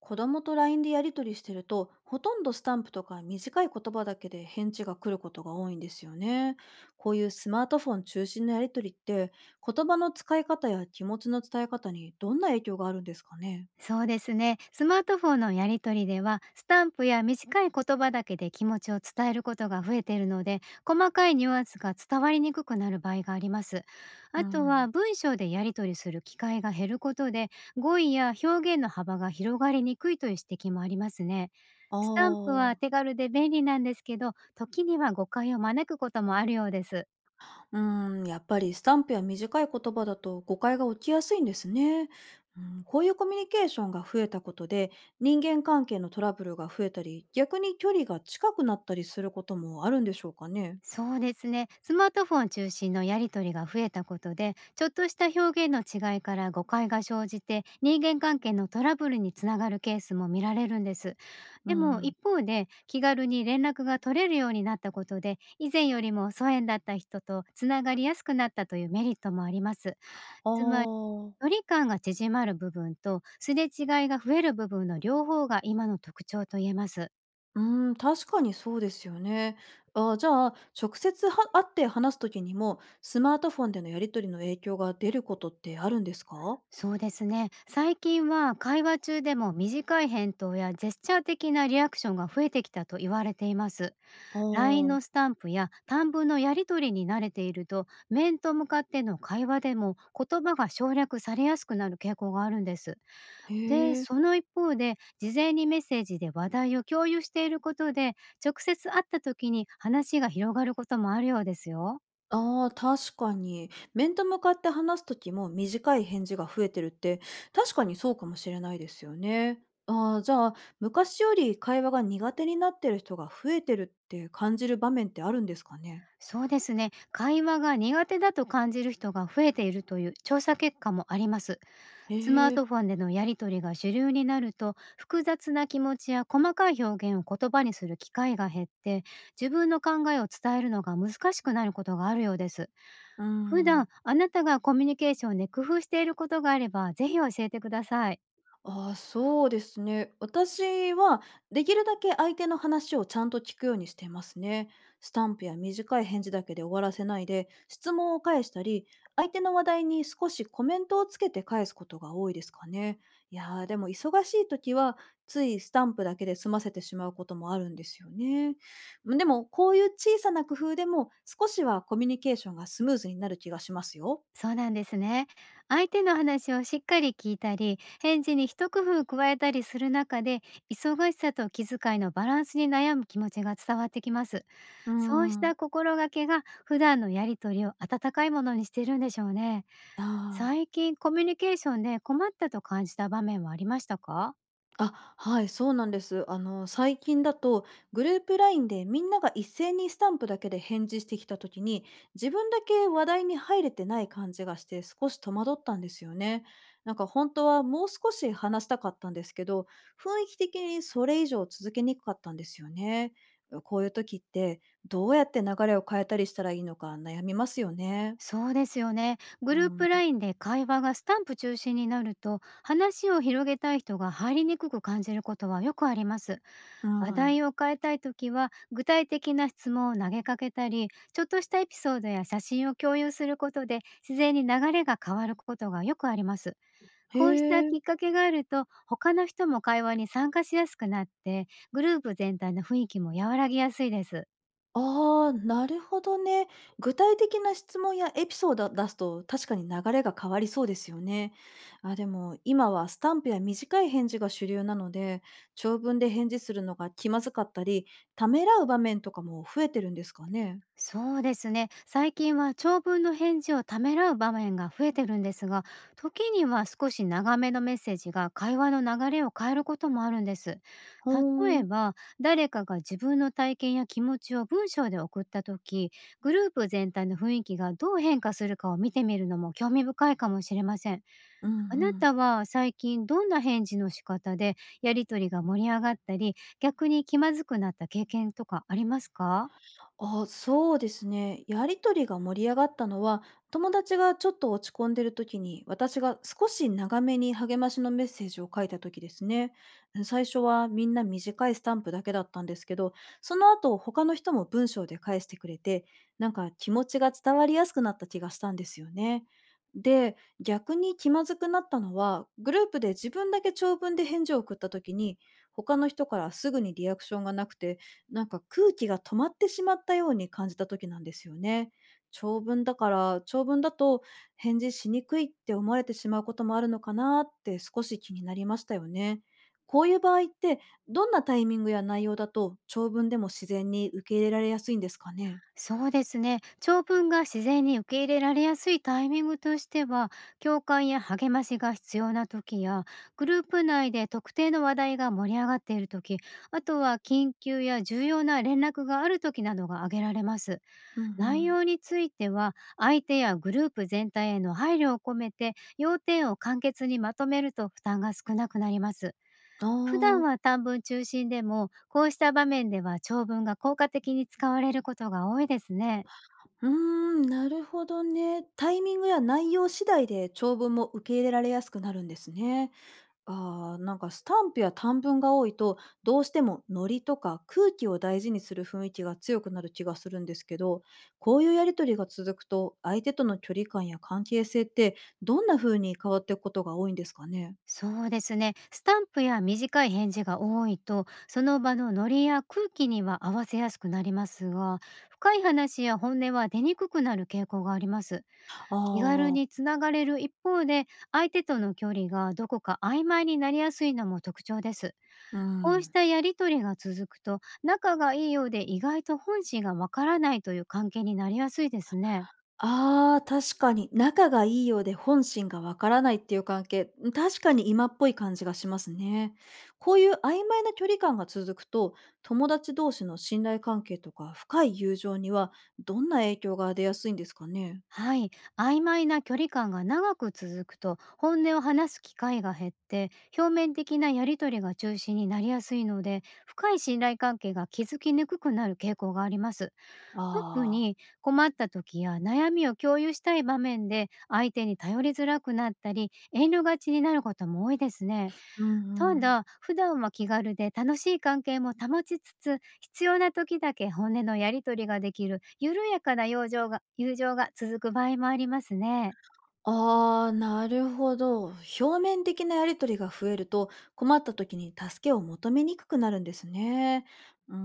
子供と LINE でやり取りしてると、ほとんどスタンプとか短い言葉だけで返事が来ることが多いんですよね。こういうスマートフォン中心のやり取りって、言葉の使い方や気持ちの伝え方にどんな影響があるんですかね？そうですね。スマートフォンのやり取りでは、スタンプや短い言葉だけで気持ちを伝えることが増えているので、細かいニュアンスが伝わりにくくなる場合があります。うあとん。は、あ文章でやり取りする機会が減ることで、語彙や表現の幅が広がりにくいという指摘もありますね。スタンプはあ。手軽で便利なんですけど、時には誤解を招くこともあるようです。うん、やっぱりスタンプや短い言葉だと誤解が起きやすいんですね。うん、こういうコミュニケーションが増えたことで、人間関係のトラブルが増えたり、逆に距離が近くなったりすることもあるんでしょうかね。そうですね。スマートフォン中心のやり取りが増えたことで、ちょっとした表現の違いから誤解が生じて、人間関係のトラブルにつながるケースも見られるんです。うでもん。一方で、気軽に連絡が取れるようになったことで、以前よりも疎遠だった人とつながりやすくなったというメリットもあります。あつまり、距あ。離感が縮まる部分と、すれ違いが増える部分の両方が今の特徴と言えます。うん、確かにそうですよね。ああ、じゃあ、直接は会って話す時にも、スマートフォンでのやり取りの影響が出ることってあるんですか？そうですね。最近は会話中でも短い返答やジェスチャー的なリアクションが増えてきたと言われています。あ LINE あ。のスタンプや短文のやり取りに慣れていると、面と向かっての会話でも言葉が省略されやすくなる傾向があるんです。へで、え。その一方で、事前にメッセージで話題を共有していることで、直接会った時に話が広がることもあるようですよ。ああ、確かに。面と向かって話す時も短い返事が増えてるって、確かにそうかもしれないですよね。ああ、じゃあ、昔より会話が苦手になってる人が増えてるって感じる場面ってあるんですかね？そうですね。会話が苦手だと感じる人が増えているという調査結果もあります。スマーへえ。トフォンでのやり取りが主流になると、複雑な気持ちや細かい表現を言葉にする機会が減って、自分の考えを伝えるのが難しくなることがあるようです。うー普段、ん。あなたがコミュニケーションで工夫していることがあれば、ぜひ教えてください。ああ、そうですね。私はできるだけ相手の話をちゃんと聞くようにしてますね。スタンプや短い返事だけで終わらせないで、質問を返したり、相手の話題に少しコメントをつけて返すことが多いですかね。いやー、でも忙しい時は、ついスタンプだけで済ませてしまうこともあるんですよね。でも、こういう小さな工夫でも、少しはコミュニケーションがスムーズになる気がしますよ。そうなんですね。相手の話をしっかり聞いたり、返事に一工夫加えたりする中で、忙しさと気遣いのバランスに悩む気持ちが伝わってきます。うーそうしん。た心がけが、普段のやりとりを温かいものにしているんでしょうね。ああ。最近コミュニケーションで困ったと感じた場面はありましたか？あ、はい、そうなんです。あの、最近だと、グループ LINE でみんなが一斉にスタンプだけで返事してきた時に、自分だけ話題に入れてない感じがして、少し戸惑ったんですよね。なんか本当はもう少し話したかったんですけど、雰囲気的にそれ以上続けにくかったんですよね。こういう時って、どうやって流れを変えたりしたらいいのか悩みますよね。そうですよね。グうループん。ラインで会話がスタンプ中心になると、話を広げたい人が入りにくく感じることはよくあります。う話ん。題を変えたいときは、具体的な質問を投げかけたり、ちょっとしたエピソードや写真を共有することで、自然に流れが変わることがよくあります。へこうしたえ。きっかけがあると、他の人も会話に参加しやすくなって、グループ全体の雰囲気も和らぎやすいです。ああ、なるほどね。具体的な質問やエピソードを出すと確かに流れが変わりそうですよね。あ、でも今はスタンプや短い返事が主流なので、長文で返事するのが気まずかったり、ためらう場面とかも増えてるんですかね。そうですね。最近は長文の返事をためらう場面が増えてるんですが、時には少し長めのメッセージが会話の流れを変えることもあるんです。ほ例ーえん。ば、誰かが自分の体験や気持ちを文章で送った時、グループ全体の雰囲気がどう変化するかを見てみるのも興味深いかもしれません。うんうあなん。たは最近どんな返事の仕方でやりとりが盛り上がったり、逆に気まずくなった経験とかありますか？あ、そうですね。やりとりが盛り上がったのは、友達がちょっと落ち込んでる時に、私が少し長めに励ましのメッセージを書いた時ですね。最初はみんな短いスタンプだけだったんですけど、その後他の人も文章で返してくれて、なんか気持ちが伝わりやすくなった気がしたんですよね。で、逆に気まずくなったのは、グループで自分だけ長文で返事を送った時に、他の人からすぐにリアクションがなくて、なんか空気が止まってしまったように感じた時なんですよね。長文だと返事しにくいって思われてしまうこともあるのかなって少し気になりましたよね。こういう場合って、どんなタイミングや内容だと長文でも自然に受け入れられやすいんですかね？そうですね。長文が自然に受け入れられやすいタイミングとしては、共感や励ましが必要な時や、グループ内で特定の話題が盛り上がっている時、あとは緊急や重要な連絡がある時などが挙げられます。うんう内ん。容については、相手やグループ全体への配慮を込めて、要点を簡潔にまとめると負担が少なくなります。あ普段あ。は短文中心でも、こうした場面では長文が効果的に使われることが多いですね。うーん、なるほどね。タイミングや内容次第で長文も受け入れられやすくなるんですね。あー、なんかスタンプや短文が多いと、どうしてもノリとか空気を大事にする雰囲気が強くなる気がするんですけど、こういうやり取りが続くと相手との距離感や関係性って、どんな風に変わっていくことが多いんですかね？そうですね。スタンプや短い返事が多いと、その場のノリや空気には合わせやすくなりますが、深い話や本音は出にくくなる傾向があります。あ気軽あにー。つながれる一方で、相手との距離がどこか曖昧になりやすいのも特徴です。うこうしん。たやりとりが続くと、仲がいいようで意外と本心がわからないという関係になりやすいですね。ああ、確かに。仲がいいようで本心がわからないっていう関係、うん、確かに今っぽい感じがしますね。こういう曖昧な距離感が続くと、友達同士の信頼関係とか深い友情には、どんな影響が出やすいんですかね？はい、曖昧な距離感が長く続くと本音を話す機会が減って、表面的なやり取りが中心になりやすいので、深い信頼関係が築きにくくなる傾向があります。特あに困った時や悩みを共有したい場面で相手に頼りづらくなったり、遠慮がちになることも多いですね。あー。うんうたん。だ、普段は気軽で楽しい関係も保ちつつ、必要な時だけ本音のやり取りができる緩やかな友情が続く場合もありますね。ああ、なるほど。表面的なやりとりが増えると、困った時に助けを求めにくくなるんですね。うー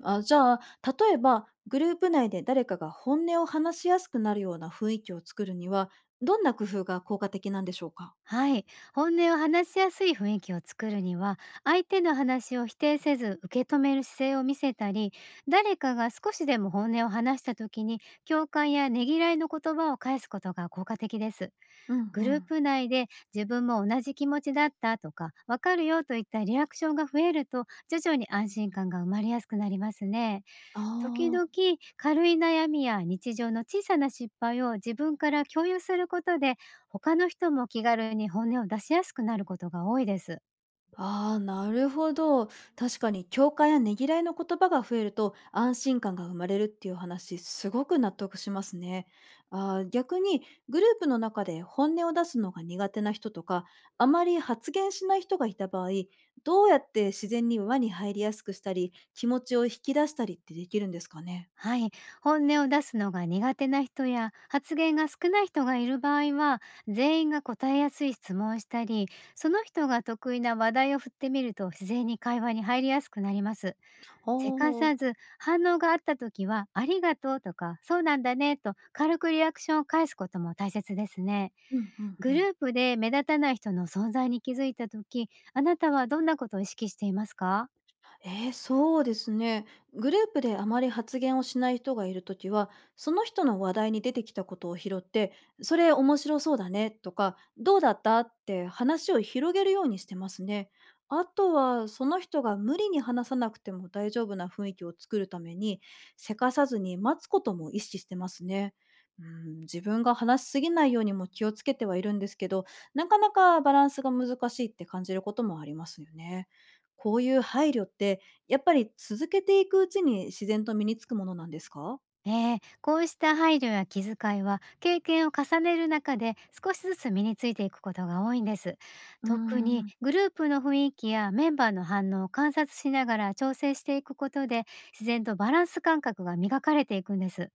ん、あ、じゃあ、例えば、グループ内で誰かが本音を話しやすくなるような雰囲気を作るには、どんな工夫が効果的なんでしょうか？はい。本音を話しやすい雰囲気を作るには、相手の話を否定せず受け止める姿勢を見せたり、誰かが少しでも本音を話した時に、共感やねぎらいの言葉を返すことが効果的です。うんうグルーん。プ内で自分も同じ気持ちだったとか、わかるよといったリアクションが増えると、徐々に安心感が生まれやすくなりますね。あ時々、あ。軽い悩みや日常の小さな失敗を自分から共有することで、他の人も気軽に本音を出しやすくなることが多いです。ああ、なるほど。確かに共感やねぎらいの言葉が増えると安心感が生まれるっていう話、すごく納得しますね。あー、逆にグループの中で本音を出すのが苦手な人とか、あまり発言しない人がいた場合、どうやって自然に輪に入りやすくしたり、気持ちを引き出したりってできるんですかね。はい、本音を出すのが苦手な人や発言が少ない人がいる場合は、全員が答えやすい質問をしたり、その人が得意な話題を振ってみると自然に会話に入りやすくなります。ああせかー。さず、反応があった時は、ありがとうとか、そうなんだねと軽くリアクションを返すことも大切ですね。うんうんうグルん。ープで目立たない人の存在に気づいた時、あなたはどんなことを意識していますか？そうですね。グループであまり発言をしない人がいるときは、その人の話題に出てきたことを拾って、それ面白そうだねとか、どうだったって話を広げるようにしてますね。あとは、その人が無理に話さなくても大丈夫な雰囲気を作るために、せかさずに待つことも意識してますね。うん、自分が話しすぎないようにも気をつけてはいるんですけど、なかなかバランスが難しいって感じることもありますよね。こういう配慮って、やっぱり続けていくうちに自然と身につくものなんですか？こうした配慮や気遣いは経験を重ねる中で、少しずつ身についていくことが多いんです。うー特にん。グループの雰囲気やメンバーの反応を観察しながら調整していくことで、自然とバランス感覚が磨かれていくんです。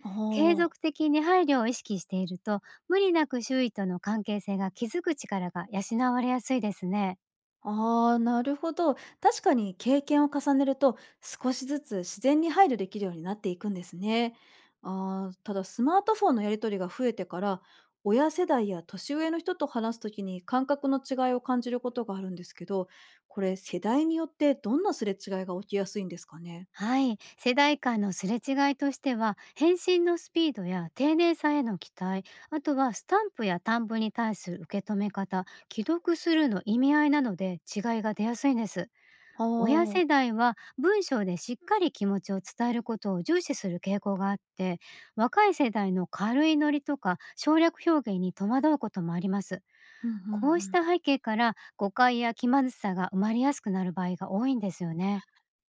あ継あ、続的に配慮を意識していると、無理なく周囲との関係性が築く力が養われやすいですね。あー、なるほど。確かに経験を重ねると、少しずつ自然に配慮できるようになっていくんですね。ああ、ただスマートフォンのやり取りが増えてから、親世代や年上の人と話すときに感覚の違いを感じることがあるんですけど、これ世代によってどんなすれ違いが起きやすいんですかね？はい、世代間のすれ違いとしては、返信のスピードや丁寧さへの期待、あとはスタンプや短文に対する受け止め方、既読するの意味合いなどで違いが出やすいんです。あ親あー。世代は文章でしっかり気持ちを伝えることを重視する傾向があって、若い世代の軽いノリとか省略表現に戸惑うこともあります。うんうんうこうしん。た背景から誤解や気まずさが生まれやすくなる場合が多いんですよね。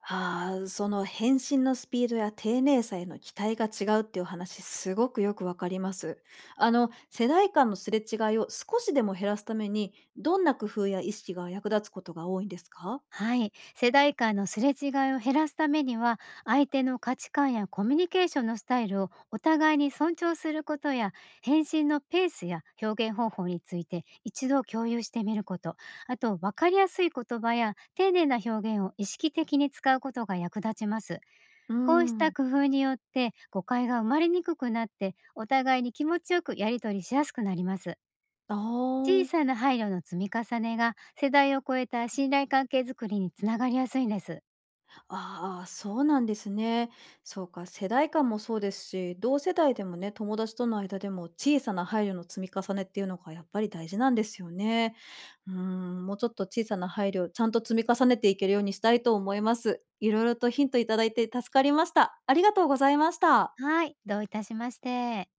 ああ、その返信のスピードや丁寧さへの期待が違うっていう話、すごくよくわかります。あの、世代間のすれ違いを少しでも減らすために、どんな工夫や意識が役立つことが多いんですか？はい。世代間のすれ違いを減らすためには、相手の価値観やコミュニケーションのスタイルをお互いに尊重することや、返信のペースや表現方法について一度共有してみること、あと分かりやすい言葉や丁寧な表現を意識的に使うことが役立ちます。うーこうしたん。工夫によって誤解が生まれにくくなって、お互いに気持ちよくやり取りしやすくなります。あ小さあ。な配慮の積み重ねが世代を超えた信頼関係づくりにつながりやすいんです。ああ、そうなんですね。そうか、世代間もそうですし、同世代でもね、友達との間でも小さな配慮の積み重ねっていうのがやっぱり大事なんですよね。うーん、もうちょっと小さな配慮、ちゃんと積み重ねていけるようにしたいと思います。いろいろとヒントいただいて助かりました。ありがとうございました。はい、どういたしまして。